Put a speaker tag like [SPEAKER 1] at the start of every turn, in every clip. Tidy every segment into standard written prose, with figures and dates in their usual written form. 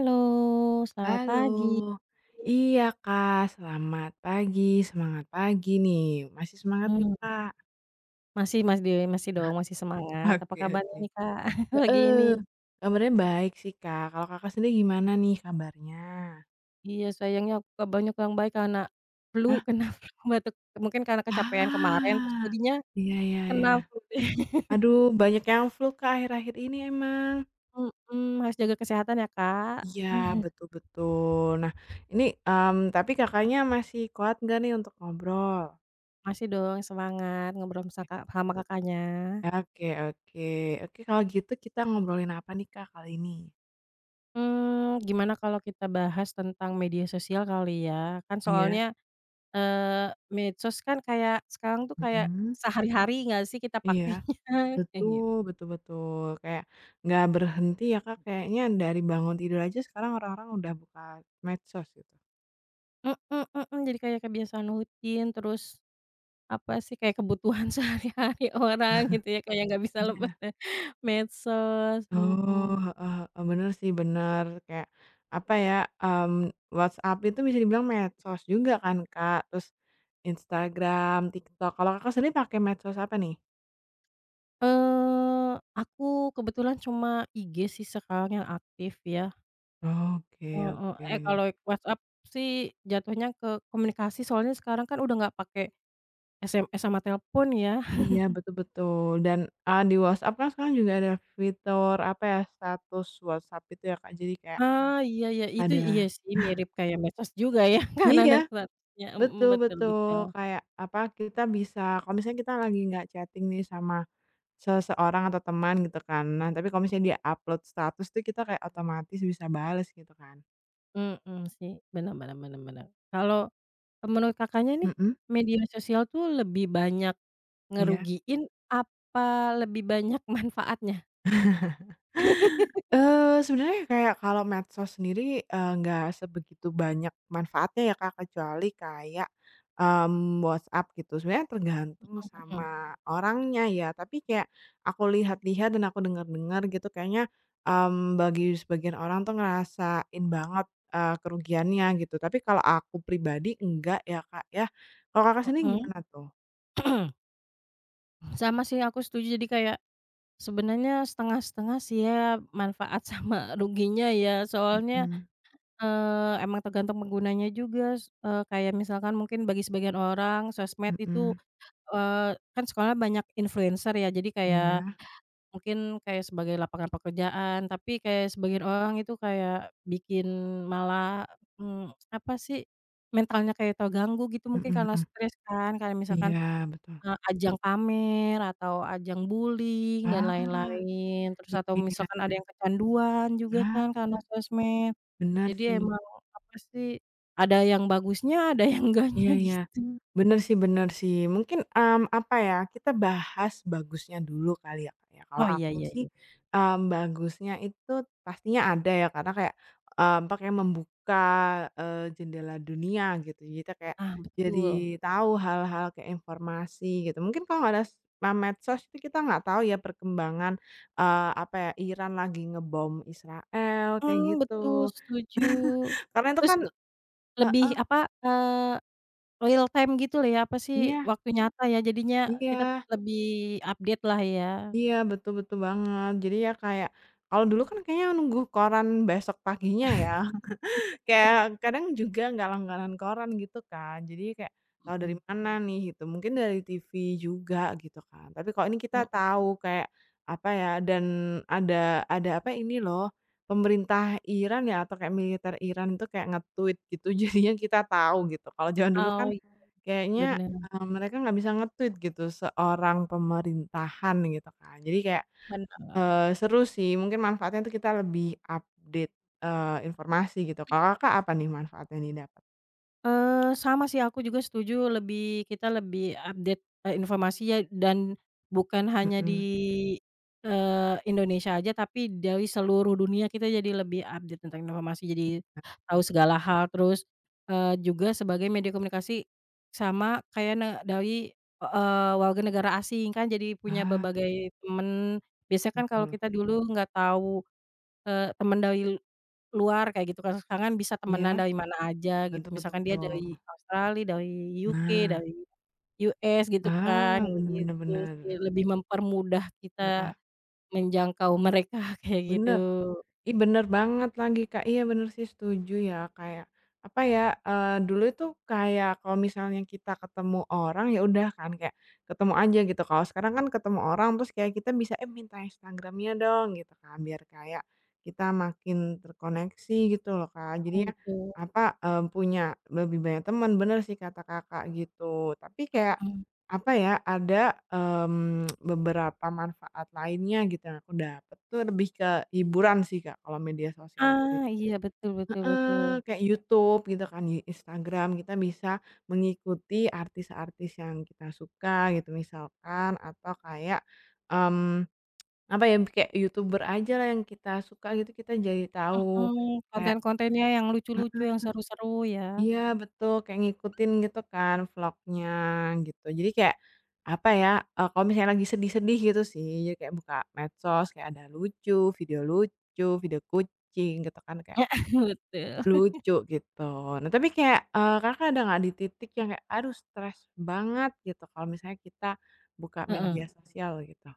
[SPEAKER 1] Halo, selamat pagi.
[SPEAKER 2] Halo. Iya, Kak, selamat pagi, semangat pagi nih. Masih semangat nggak,
[SPEAKER 1] Mmm,
[SPEAKER 2] Kak?
[SPEAKER 1] masih masih di masih dong, masih semangat. Apa
[SPEAKER 2] Oke
[SPEAKER 1] kabarnya
[SPEAKER 2] oke.
[SPEAKER 1] nih, Kak, pagi ini?
[SPEAKER 2] Heeh. Kabarnya baik sih, Kak. Kalau Kakak sendiri gimana nih kabarnya?
[SPEAKER 1] Iya, sayangnya aku nggak banyak yang baik karena flu,
[SPEAKER 2] Ah?
[SPEAKER 1] kena flu, batuk. Mungkin karena kecapean kemarin terus
[SPEAKER 2] Ah.
[SPEAKER 1] jadinya
[SPEAKER 2] Iya iya
[SPEAKER 1] kena
[SPEAKER 2] iya.
[SPEAKER 1] flu.
[SPEAKER 2] Aduh, banyak yang flu, Kak, akhir-akhir ini emang.
[SPEAKER 1] Mhm, harus jaga kesehatan ya, Kak.
[SPEAKER 2] Iya, betul betul. Nah, ini, tapi Kakaknya masih kuat nggak nih untuk ngobrol?
[SPEAKER 1] Masih dong semangat ngobrol sama Kak, sama Kakaknya.
[SPEAKER 2] Oke oke. Oke, kalau gitu kita ngobrolin apa nih, Kak, kali ini?
[SPEAKER 1] Hmm, gimana kalau kita bahas tentang media sosial kali ya? Kan
[SPEAKER 2] Iya.
[SPEAKER 1] soalnya medsos kan kayak sekarang tuh kayak
[SPEAKER 2] Mhm,
[SPEAKER 1] sehari-hari nggak sih kita pakainya,
[SPEAKER 2] iya,
[SPEAKER 1] kayak gitu.
[SPEAKER 2] betul betul betul, kayak nggak berhenti ya, Kak, kayaknya dari bangun tidur aja sekarang orang-orang udah buka medsos gitu.
[SPEAKER 1] Mhm mhm, jadi kayak kebiasaan rutin, terus apa sih, kayak kebutuhan sehari-hari orang gitu ya, kayak nggak bisa
[SPEAKER 2] Iya,
[SPEAKER 1] lepas dari medsos,
[SPEAKER 2] oh,
[SPEAKER 1] mhm.
[SPEAKER 2] heeh heeh, bener sih, bener, kayak apa ya, mmm, WhatsApp itu bisa dibilang medsos juga kan, Kak, terus Instagram, TikTok, kalau Kakak sendiri pakai medsos apa nih?
[SPEAKER 1] Aku kebetulan cuma IG sih sekarang yang aktif ya,
[SPEAKER 2] Oke
[SPEAKER 1] heeh,
[SPEAKER 2] oke.
[SPEAKER 1] eh, kalau WhatsApp sih jatuhnya ke komunikasi soalnya sekarang kan udah nggak pakai SMS sama telepon ya.
[SPEAKER 2] Iya, betul betul. Dan, di WhatsApp kan sekarang juga ada fitur, apa ya, status WhatsApp itu ya, Kak. Jadi kayak
[SPEAKER 1] Ah, iya iya, itu iya
[SPEAKER 2] ada
[SPEAKER 1] sih, mirip kayak medsos juga ya, kan
[SPEAKER 2] iya,
[SPEAKER 1] ada statusnya, mhm,
[SPEAKER 2] betul
[SPEAKER 1] betul
[SPEAKER 2] betul.
[SPEAKER 1] betul.
[SPEAKER 2] Kayak, apa, kita bisa kalau misalnya kita lagi nggak chatting nih sama seseorang atau teman gitu kan, nah tapi kalau misalnya dia upload status tuh kita kayak otomatis bisa bales gitu kan.
[SPEAKER 1] Mhm, sih, bener bener bener bener. Kalau menurut Kakaknya nih,
[SPEAKER 2] Mhm,
[SPEAKER 1] media sosial tuh lebih banyak
[SPEAKER 2] iya.
[SPEAKER 1] ngerugiin apa lebih banyak manfaatnya?
[SPEAKER 2] Sebenarnya kayak kalau medsos sendiri, nggak sebegitu banyak manfaatnya ya, Kak, kecuali kayak, WhatsApp gitu. Sebenarnya tergantung
[SPEAKER 1] Mhm,
[SPEAKER 2] sama orangnya ya, tapi kayak aku lihat-lihat dan aku dengar-dengar gitu kayaknya, bagi sebagian orang tuh ngerasain banget, kerugiannya gitu. Tapi kalau aku pribadi enggak ya, Kak, ya. Kalau Kakak sendiri
[SPEAKER 1] mhm.
[SPEAKER 2] gimana tuh?
[SPEAKER 1] Sama sih, aku setuju. Jadi kayak sebenarnya setengah-setengah sih ya, manfaat sama ruginya ya. Soalnya,
[SPEAKER 2] Mhm
[SPEAKER 1] emang tergantung penggunanya juga, kayak misalkan mungkin bagi sebagian orang sosmed itu
[SPEAKER 2] mhm.
[SPEAKER 1] Kan sekolah banyak influencer ya, jadi kayak
[SPEAKER 2] Iya.
[SPEAKER 1] mungkin kayak sebagai lapangan pekerjaan, tapi kayak sebagian orang itu kayak bikin malah, mmm, apa sih, mentalnya kayak terganggu gitu mungkin
[SPEAKER 2] Mhm
[SPEAKER 1] karena
[SPEAKER 2] mhm.
[SPEAKER 1] stres kan, kayak misalkan,
[SPEAKER 2] Iya, betul.
[SPEAKER 1] ajang pamer atau ajang bullying dan
[SPEAKER 2] Ah.
[SPEAKER 1] lain-lain, terus atau
[SPEAKER 2] Iya iya.
[SPEAKER 1] misalkan ada yang kecanduan juga
[SPEAKER 2] Ah,
[SPEAKER 1] kan karena sosmed.
[SPEAKER 2] benar
[SPEAKER 1] Jadi
[SPEAKER 2] sih.
[SPEAKER 1] emang apa sih, ada yang bagusnya, ada yang enggaknya
[SPEAKER 2] Iya iya.
[SPEAKER 1] gitu.
[SPEAKER 2] Benar sih benar sih. Mungkin, apa ya, kita bahas bagusnya dulu kali ya, Kak, ya. Kalau
[SPEAKER 1] Oh, iya
[SPEAKER 2] aku
[SPEAKER 1] iya
[SPEAKER 2] sih,
[SPEAKER 1] iya.
[SPEAKER 2] bagusnya itu pastinya ada ya, karena kayak, apa, kayak membuka, jendela dunia gitu. Jadi kita kayak
[SPEAKER 1] Ah,
[SPEAKER 2] jadi
[SPEAKER 1] betul.
[SPEAKER 2] tahu hal-hal kayak informasi gitu. Mungkin kalau nggak ada s ma medsos itu kita nggak tahu ya perkembangan, apa ya, Iran lagi ngebom Israel, kayak
[SPEAKER 1] Mhm, betul
[SPEAKER 2] gitu.
[SPEAKER 1] setuju.
[SPEAKER 2] Karena itu
[SPEAKER 1] Terus
[SPEAKER 2] kan
[SPEAKER 1] lebih
[SPEAKER 2] heeh,
[SPEAKER 1] apa, eee, real time gitu lah ya, apa sih,
[SPEAKER 2] iya
[SPEAKER 1] waktu nyata ya jadinya kita
[SPEAKER 2] iya
[SPEAKER 1] lebih update lah ya.
[SPEAKER 2] iya, betul betul banget. Jadi ya kayak kalau dulu kan kayaknya nunggu koran besok paginya ya, kayak kadang juga nggak langganan koran gitu kan, jadi kayak tahu dari
[SPEAKER 1] Mhm,
[SPEAKER 2] mana nih gitu, mungkin dari TV juga gitu kan. Tapi kalau ini kita
[SPEAKER 1] mhm,
[SPEAKER 2] tahu kayak apa ya, dan ada ada apa ini loh, pemerintah Iran ya atau kayak militer Iran itu kayak nge-tweet gitu jadinya kita tahu gitu. Kalau zaman dulu kan
[SPEAKER 1] oh, iya,
[SPEAKER 2] kayaknya,
[SPEAKER 1] bener
[SPEAKER 2] mereka nggak bisa nge-tweet gitu seorang pemerintahan gitu kan. Jadi kayak,
[SPEAKER 1] bener.
[SPEAKER 2] seru sih mungkin manfaatnya itu kita lebih update, informasi gitu. Kalau Kakak apa nih manfaatnya yang didapat?
[SPEAKER 1] Sama sih aku juga setuju lebih kita lebih update, informasi ya dan bukan hanya di,
[SPEAKER 2] Mhm,
[SPEAKER 1] Indonesia aja tapi dari seluruh dunia kita jadi lebih update tentang informasi jadi tahu
[SPEAKER 2] betul.
[SPEAKER 1] segala hal terus, juga sebagai media komunikasi sama kayak ne dari, warga negara asing kan jadi punya
[SPEAKER 2] Ah,
[SPEAKER 1] berbagai teman biasanya kan kalau
[SPEAKER 2] betul.
[SPEAKER 1] kita dulu nggak tahu, teman dari Luar kayak gitu kan, sekarang kan bisa temenan
[SPEAKER 2] Iya,
[SPEAKER 1] dari mana aja gitu,
[SPEAKER 2] betul betul
[SPEAKER 1] misalkan dia
[SPEAKER 2] betul.
[SPEAKER 1] dari Australia, dari UK,
[SPEAKER 2] Nah,
[SPEAKER 1] dari US gitu kan,
[SPEAKER 2] ah,
[SPEAKER 1] kayak
[SPEAKER 2] bener bener
[SPEAKER 1] gitu
[SPEAKER 2] bener.
[SPEAKER 1] sih, lebih mempermudah
[SPEAKER 2] Ah
[SPEAKER 1] kita
[SPEAKER 2] ah,
[SPEAKER 1] menjangkau mereka kayak gitu.
[SPEAKER 2] bener. Ih, bener banget lagi, Kak. Iya, bener sih, setuju ya, kayak, apa ya, dulu itu kayak kalau misalnya kita ketemu orang, ya udah kan kayak ketemu aja gitu. Kalau sekarang kan ketemu orang terus kayak kita bisa, "Eh, minta Instagramnya dong," gitu kan, biar kayak kita makin terkoneksi gitu loh, Kak.
[SPEAKER 1] Mhm,
[SPEAKER 2] Jadinya,
[SPEAKER 1] betul,
[SPEAKER 2] apa, punya lebih banyak teman, bener sih kata Kakak gitu. Tapi kayak,
[SPEAKER 1] mhm.
[SPEAKER 2] apa ya, ada, beberapa manfaat lainnya gitu yang aku dapat tuh lebih hiburan sih, Kak, kalau media sosial tuh.
[SPEAKER 1] Ah, iya betul betul betul,
[SPEAKER 2] Heeh, kayak YouTube gitu kan, di Instagram kita bisa mengikuti artis-artis yang kita suka gitu misalkan atau kayak, mmm, apa ya, kayak YouTuber aja lah yang kita suka gitu kita jadi tahu
[SPEAKER 1] mhm,
[SPEAKER 2] kayak
[SPEAKER 1] konten-kontennya yang lucu-lucu, yang
[SPEAKER 2] heeh,
[SPEAKER 1] seru-seru ya.
[SPEAKER 2] iya betul, kayak ngikutin gitu kan vlognya gitu. Jadi kayak apa ya, kalau misalnya lagi sedih-sedih gitu sih, jadi kayak buka medsos kayak ada lucu, video kucing gitu kan kayak
[SPEAKER 1] Betul,
[SPEAKER 2] lucu gitu. Nah tapi kayak, Kakak ada nggak di titik yang kayak, aduh stres banget gitu kalau misalnya kita buka
[SPEAKER 1] heeh.
[SPEAKER 2] media sosial gitu?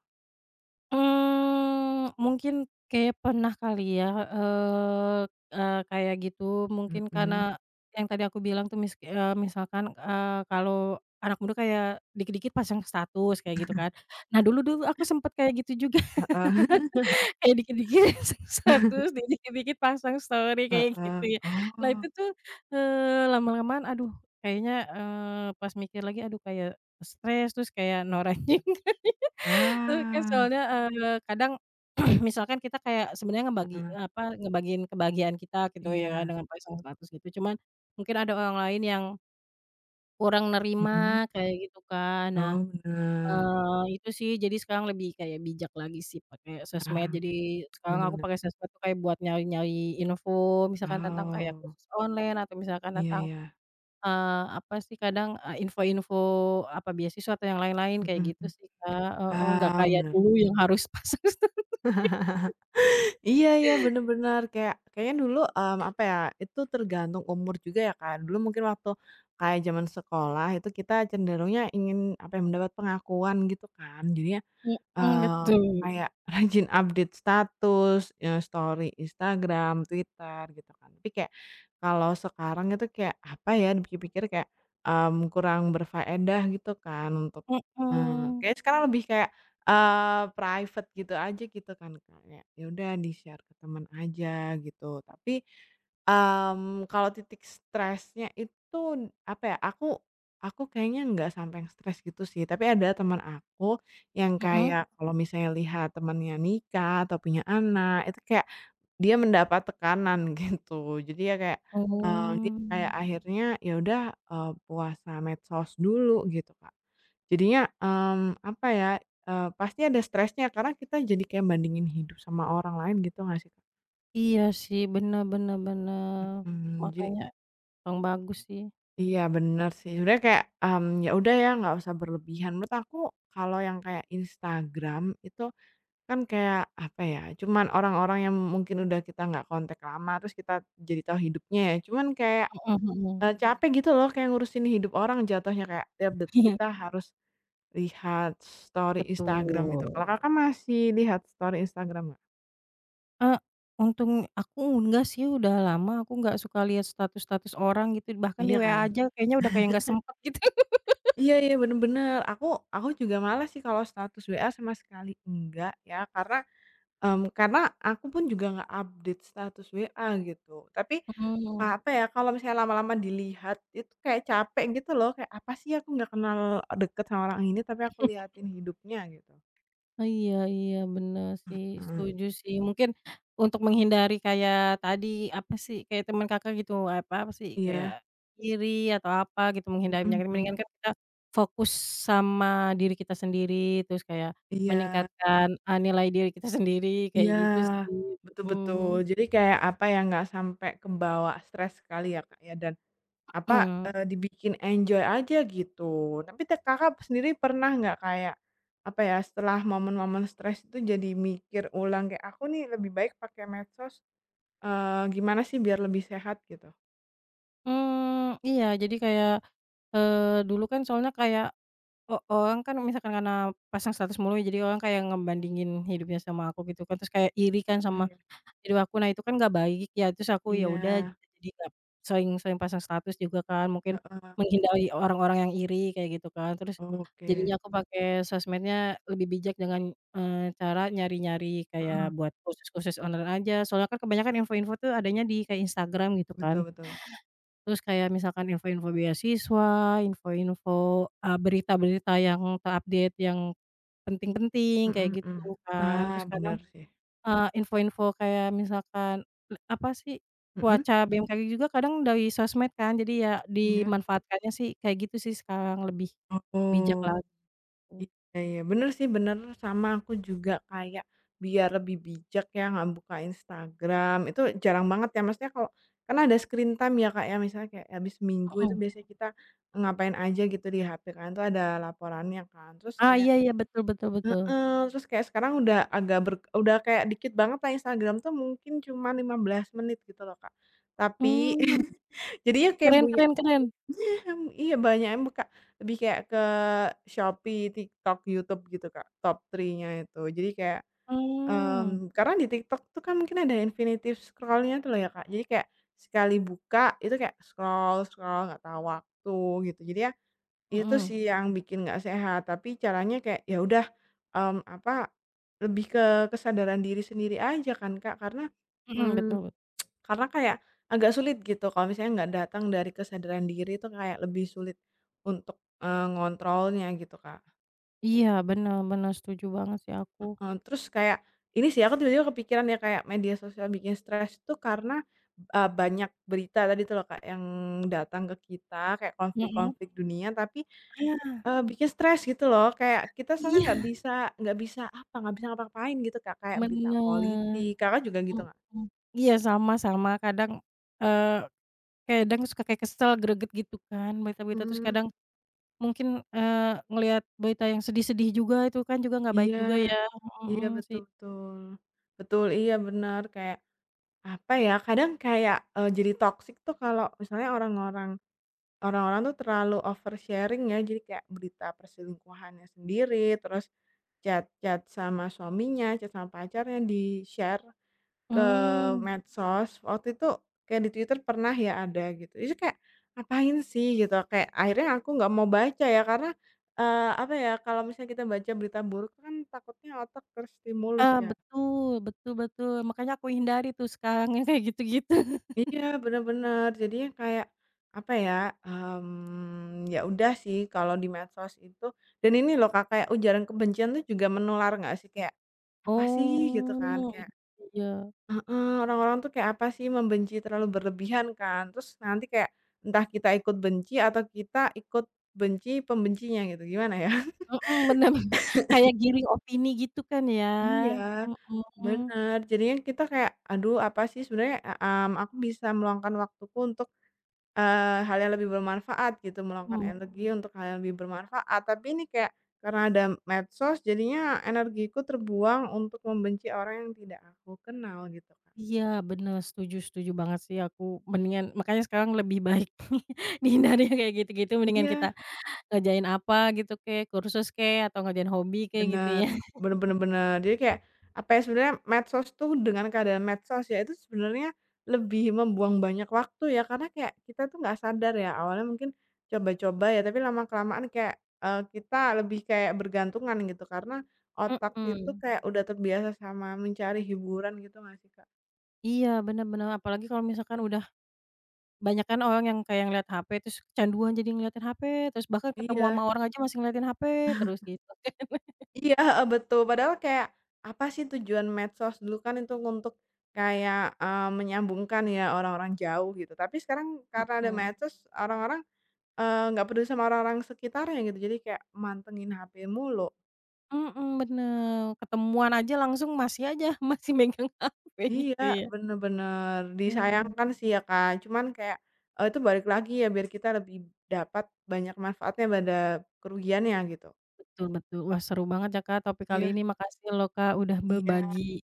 [SPEAKER 1] Mmm, mungkin kayak pernah kali ya, eee eee, kayak gitu mungkin
[SPEAKER 2] Mhm,
[SPEAKER 1] karena yang tadi aku bilang tuh misalkan, kalau anak muda kayak dikit-dikit pasang status kayak gitu kan. Nah dulu dulu aku sempet kayak gitu juga,
[SPEAKER 2] heeh.
[SPEAKER 1] kayak dikit-dikit pasang status, dikit-dikit pasang story kayak gitu
[SPEAKER 2] Heeh,
[SPEAKER 1] ya. Nah itu
[SPEAKER 2] oh,
[SPEAKER 1] tuh, lama-lamaan aduh kayaknya, pas mikir lagi aduh kayak stres, terus kayak noranjing. Kan
[SPEAKER 2] ah,
[SPEAKER 1] soalnya, kadang misalkan kita kayak sebenarnya ngebagi
[SPEAKER 2] heeh,
[SPEAKER 1] apa, ngebagiin kebahagiaan kita gitu ya kan
[SPEAKER 2] iya,
[SPEAKER 1] dengan pasang status gitu, cuman mungkin ada orang lain yang kurang
[SPEAKER 2] mhm,
[SPEAKER 1] nerima kayak gitu kan. Nah,
[SPEAKER 2] oh, benar.
[SPEAKER 1] itu sih jadi sekarang lebih kayak bijak lagi sih pakai sosmed.
[SPEAKER 2] Ah,
[SPEAKER 1] Jadi sekarang
[SPEAKER 2] benar.
[SPEAKER 1] aku
[SPEAKER 2] Bener,
[SPEAKER 1] pakai sosmed tuh kayak buat nyari-nyari info misalkan tentang kayak
[SPEAKER 2] oh,
[SPEAKER 1] kursus online atau misalkan
[SPEAKER 2] iya
[SPEAKER 1] tentang,
[SPEAKER 2] iya,
[SPEAKER 1] apa sih kadang, info-info apa beasiswa atau yang lain-lain kayak
[SPEAKER 2] mhm
[SPEAKER 1] gitu
[SPEAKER 2] mhm,
[SPEAKER 1] sih, Kak, heeh, nggak
[SPEAKER 2] ah,
[SPEAKER 1] kayak
[SPEAKER 2] benar.
[SPEAKER 1] dulu yang harus pasang sta
[SPEAKER 2] Iya iya, bener bener, kayak kayaknya dulu, apa ya, itu tergantung umur juga ya, Kak. Dulu mungkin waktu kayak zaman sekolah itu kita cenderungnya ingin, apa ya, mendapat pengakuan gitu kan. Jadinya
[SPEAKER 1] Mhm,
[SPEAKER 2] eh
[SPEAKER 1] betul,
[SPEAKER 2] kayak rajin update status, story Instagram, Twitter, gitu kan. Tapi kayak kalau sekarang itu kayak apa ya, dipikir-pikir kayak, kurang berfaedah gitu kan untuk
[SPEAKER 1] mhm,
[SPEAKER 2] kayaknya sekarang lebih kayak, private gitu aja gitu kan, kayak ya ya udah di-share ke teman aja gitu. Tapi, kalau titik stresnya itu apa ya, aku kayaknya nggak sampai yang stres gitu sih, tapi ada teman aku yang
[SPEAKER 1] mhm,
[SPEAKER 2] kayak kalau misalnya lihat temannya nikah atau punya anak, itu kayak dia mendapat tekanan gitu. Jadi ya kayak, dia
[SPEAKER 1] oh,
[SPEAKER 2] kayak akhirnya ya udah, puasa medsos dulu gitu, Kak. Jadinya, apa ya, pasti ada stresnya karena kita jadi kayak bandingin hidup sama orang lain gitu nggak sih, Kak?
[SPEAKER 1] iya sih, bener bener bener,
[SPEAKER 2] Mhm, jadi
[SPEAKER 1] makanya kurang bagus sih,
[SPEAKER 2] iya bener sih, sebenarnya kayak, ya udah ya nggak usah berlebihan. Menurut aku kalau yang kayak Instagram itu kan kayak, apa ya, cuman orang-orang yang mungkin udah kita nggak kontak lama, terus kita jadi tahu hidupnya ya, cuman kayak,
[SPEAKER 1] mhm mhm,
[SPEAKER 2] capek gitu loh kayak ngurusin hidup orang jatuhnya, kayak tiap detik
[SPEAKER 1] iya,
[SPEAKER 2] kita harus lihat story Instagram
[SPEAKER 1] betul,
[SPEAKER 2] gitu. Kalau Kakak masih lihat story Instagram nggak?
[SPEAKER 1] eee, untung aku enggak sih udah lama aku nggak suka lihat status-status orang gitu bahkan di
[SPEAKER 2] Iya
[SPEAKER 1] WA
[SPEAKER 2] kan?
[SPEAKER 1] aja kayaknya udah kayak nggak sempet gitu.
[SPEAKER 2] Iya iya, bener bener. Aku juga malas sih kalau status WA sama sekali enggak ya, karena karena aku pun juga nggak update status WA gitu. Tapi,
[SPEAKER 1] Mhm.
[SPEAKER 2] apa ya, kalau misalnya lama-lama dilihat itu kayak capek gitu loh, kayak, "Apa sih aku nggak kenal deket sama orang ini tapi aku liatin hidupnya," gitu.
[SPEAKER 1] Oh, iya iya, bener sih,
[SPEAKER 2] Heeh.
[SPEAKER 1] setuju sih. Mungkin untuk menghindari kayak tadi, apa sih, kayak teman Kakak gitu, apa apa sih, kayak
[SPEAKER 2] Iya,
[SPEAKER 1] iri atau apa gitu, menghindari
[SPEAKER 2] mhm
[SPEAKER 1] penyakit,
[SPEAKER 2] mhm.
[SPEAKER 1] mendingan kan kita fokus sama diri kita sendiri, terus kayak
[SPEAKER 2] Iya
[SPEAKER 1] meningkatkan, nilai diri kita sendiri, kayak
[SPEAKER 2] iya,
[SPEAKER 1] gitu sih,
[SPEAKER 2] betul betul.
[SPEAKER 1] mhm.
[SPEAKER 2] Jadi kayak, apa ya, nggak sampai kebawa stres kali ya, Kak, ya. Dan apa, dibikin enjoy aja gitu. Tapi Kakak sendiri pernah nggak kayak, apa ya, setelah momen-momen stres itu jadi mikir ulang kayak, "Aku nih lebih baik pakai medsos, gimana sih biar lebih sehat?" Gitu?
[SPEAKER 1] Hmm iya, jadi kayak, dulu kan soalnya kayak orang kan misalkan karena pasang status mulu, ya, jadi orang kayak ngebandingin hidupnya sama aku gitu kan, terus kayak iri kan sama
[SPEAKER 2] Iya.
[SPEAKER 1] Jadi aku nah itu kan nggak baik ya, terus aku ya
[SPEAKER 2] Iya,
[SPEAKER 1] udah Mhm. Jadi nggak sering-sering pasang status juga kan, mungkin
[SPEAKER 2] heeh,
[SPEAKER 1] menghindari orang-orang yang iri kayak gitu kan. Terus
[SPEAKER 2] oke,
[SPEAKER 1] jadinya aku pakai sosmednya lebih bijak dengan, cara nyari-nyari
[SPEAKER 2] heeh,
[SPEAKER 1] kayak buat kursus-kursus online aja, soalnya kan kebanyakan info-info tuh adanya di kayak Instagram gitu
[SPEAKER 2] betul
[SPEAKER 1] kan.
[SPEAKER 2] betul,
[SPEAKER 1] Terus kayak misalkan info-info beasiswa, info-info, berita-berita yang terupdate yang penting-penting kayak
[SPEAKER 2] mhm mhm.
[SPEAKER 1] gitu kan.
[SPEAKER 2] Ah,
[SPEAKER 1] Terus kadang
[SPEAKER 2] bener sih,
[SPEAKER 1] Info-info kayak misalkan, apa sih,
[SPEAKER 2] mhm,
[SPEAKER 1] cuaca BMKG juga kadang dari sosmed kan, jadi ya
[SPEAKER 2] iya,
[SPEAKER 1] dimanfaatkannya sih kayak gitu sih sekarang lebih bijak
[SPEAKER 2] oh.
[SPEAKER 1] lah,
[SPEAKER 2] Iya iya, bener sih, bener, sama aku juga kayak biar lebih bijak ya nggak buka Instagram, itu jarang banget ya, maksudnya kalau karena ada screen time ya, Kak, ya, misalnya kayak habis minggu itu
[SPEAKER 1] mhm.
[SPEAKER 2] biasanya kita ngapain aja gitu di HP kan, itu ada laporannya kan, terus
[SPEAKER 1] Ah,
[SPEAKER 2] kayak
[SPEAKER 1] iya iya, betul betul betul.
[SPEAKER 2] heeh, terus kayak sekarang udah agak udah kayak dikit banget lah Instagram tuh mungkin cuma 15 menit gitu loh, Kak. Tapi
[SPEAKER 1] Mmm,
[SPEAKER 2] jadinya kayak
[SPEAKER 1] keren
[SPEAKER 2] punya
[SPEAKER 1] keren keren.
[SPEAKER 2] Mmm, iya banyak emang, Kak, lebih kayak ke Shopee, TikTok, YouTube gitu, Kak, top 3-nya itu. Jadi kayak,
[SPEAKER 1] Mmm,
[SPEAKER 2] karena di TikTok tuh kan mungkin ada infinitive scroll-nya tuh loh ya, Kak. Jadi kayak sekali buka itu kayak scroll-scroll nggak tahu waktu gitu. Jadi ya itu
[SPEAKER 1] mhm
[SPEAKER 2] sih yang bikin nggak sehat, tapi caranya kayak ya udah, apa, lebih ke kesadaran diri sendiri aja kan, Kak, karena,
[SPEAKER 1] mhm, betul
[SPEAKER 2] mmm
[SPEAKER 1] bet
[SPEAKER 2] karena kayak agak sulit gitu kalau misalnya nggak datang dari kesadaran diri itu kayak lebih sulit untuk, ngontrolnya gitu, Kak.
[SPEAKER 1] iya, bener bener, setuju banget sih aku.
[SPEAKER 2] Heeh, terus kayak ini sih aku tiba-tiba kepikiran ya kayak media sosial bikin stres tuh karena, banyak berita tadi tuh loh, Kak, yang datang ke kita kayak
[SPEAKER 1] Mhm.
[SPEAKER 2] konflik-konflik dunia tapi,
[SPEAKER 1] Ah,
[SPEAKER 2] bikin stres gitu loh. Kayak kita soalnya nggak
[SPEAKER 1] iya,
[SPEAKER 2] bisa nggak bisa apa, nggak bisa ngapa-ngapain gitu, Kak, kayak berita
[SPEAKER 1] bener,
[SPEAKER 2] politik. Kakak juga gitu nggak?
[SPEAKER 1] mhm. Iya, sama sama, kadang, eee, kadang suka kayak kesel, greget gitu kan, berita-berita terus
[SPEAKER 2] Mmm.
[SPEAKER 1] kadang Mungkin, ngelihat berita yang sedih-sedih juga itu kan juga nggak baik
[SPEAKER 2] Iya.
[SPEAKER 1] juga ya,
[SPEAKER 2] Iya,
[SPEAKER 1] mhm sih.
[SPEAKER 2] betul betul. Betul, iya benar kayak, apa ya, kadang kayak, jadi toksik tuh kalau misalnya orang-orang tuh terlalu oversharing ya, jadi kayak berita perselingkuhannya sendiri, terus chat-chat sama suaminya, chat sama pacarnya di-share ke
[SPEAKER 1] Mmm,
[SPEAKER 2] medsos. Waktu itu kayak di Twitter pernah ya ada gitu, itu kayak, ngapain sih gitu, kayak akhirnya aku nggak mau baca ya karena, apa ya, kalau misalnya kita baca berita buruk kan takutnya otak terstimulus
[SPEAKER 1] ah,
[SPEAKER 2] ya.
[SPEAKER 1] betul betul betul, makanya aku hindari tuh sekarang yang kayak gitu-gitu.
[SPEAKER 2] Iya, bener bener. Jadinya kayak, apa ya, ya udah sih kalau di medsos itu dan ini loh Kak, kayak ujaran kebencian tuh juga menular nggak sih? Kayak, apa sih gitu kan,
[SPEAKER 1] Oh,
[SPEAKER 2] kayak
[SPEAKER 1] iya,
[SPEAKER 2] heeh, orang-orang tuh kayak apa sih membenci terlalu berlebihan kan. Terus nanti kayak entah kita ikut benci atau kita ikut benci pembencinya gitu, gimana ya?
[SPEAKER 1] mhm, bener bener, kayak giring opini gitu kan ya,
[SPEAKER 2] Iya,
[SPEAKER 1] mhm,
[SPEAKER 2] benar. Jadinya kita kayak, aduh apa sih sebenarnya, aku bisa meluangkan waktuku untuk hal yang lebih bermanfaat gitu, meluangkan
[SPEAKER 1] mmm,
[SPEAKER 2] energi untuk hal yang lebih bermanfaat, tapi ini kayak karena ada medsos jadinya energiku terbuang untuk membenci orang yang tidak aku kenal gitu, Kak.
[SPEAKER 1] iya bener, setuju setuju banget sih aku, mendingan makanya sekarang lebih baik dihindari yang kayak gitu-gitu, mendingan kita
[SPEAKER 2] Iya.
[SPEAKER 1] ngerjain apa gitu kek, kursus kek, atau ngerjain hobi kek gitu
[SPEAKER 2] Bener,
[SPEAKER 1] ya.
[SPEAKER 2] bener bener bener. Jadi kayak, apa ya, sebenarnya medsos tuh dengan keadaan medsos ya, itu sebenarnya lebih membuang banyak waktu ya, karena kayak kita tuh nggak sadar ya, awalnya mungkin coba-coba ya, tapi lama-kelamaan kayak, kita lebih kayak bergantungan gitu, karena otak itu
[SPEAKER 1] Mhm.
[SPEAKER 2] kayak udah terbiasa sama mencari hiburan gitu nggak sih, Kak?
[SPEAKER 1] Iya, bener bener, apalagi kalau misalkan udah banyakan orang yang kayak ngelihat HP terus kecanduan jadi ngeliatin HP, terus bahkan ketemu sama
[SPEAKER 2] Iya.
[SPEAKER 1] orang aja masih ngeliatin HP terus gitu kan.
[SPEAKER 2] Iya, heeh, betul. Padahal kayak, apa sih tujuan medsos dulu kan itu untuk kayak, menyambungkan ya orang-orang jauh gitu. Tapi sekarang karena ada
[SPEAKER 1] Mhm.
[SPEAKER 2] medsos, orang-orang, nggak peduli sama orang-orang sekitarnya gitu, jadi kayak mantengin HP mulu.
[SPEAKER 1] Mhm, bener, ketemuan aja langsung masih aja, masih megang HP
[SPEAKER 2] Iya,
[SPEAKER 1] gitu ya.
[SPEAKER 2] bener bener.
[SPEAKER 1] Mhm.
[SPEAKER 2] Disayangkan sih ya, Kak. Cuman kayak, itu balik lagi ya biar kita lebih dapat banyak manfaatnya pada kerugiannya gitu.
[SPEAKER 1] Betul betul. Wah, seru banget ya, Kak, topik kali
[SPEAKER 2] Iya
[SPEAKER 1] ini. Makasih loh, Kak, udah
[SPEAKER 2] iya.
[SPEAKER 1] berbagi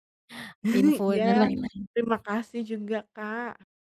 [SPEAKER 1] info dan
[SPEAKER 2] Iya.
[SPEAKER 1] lain-lain.
[SPEAKER 2] Terima kasih juga, Kak.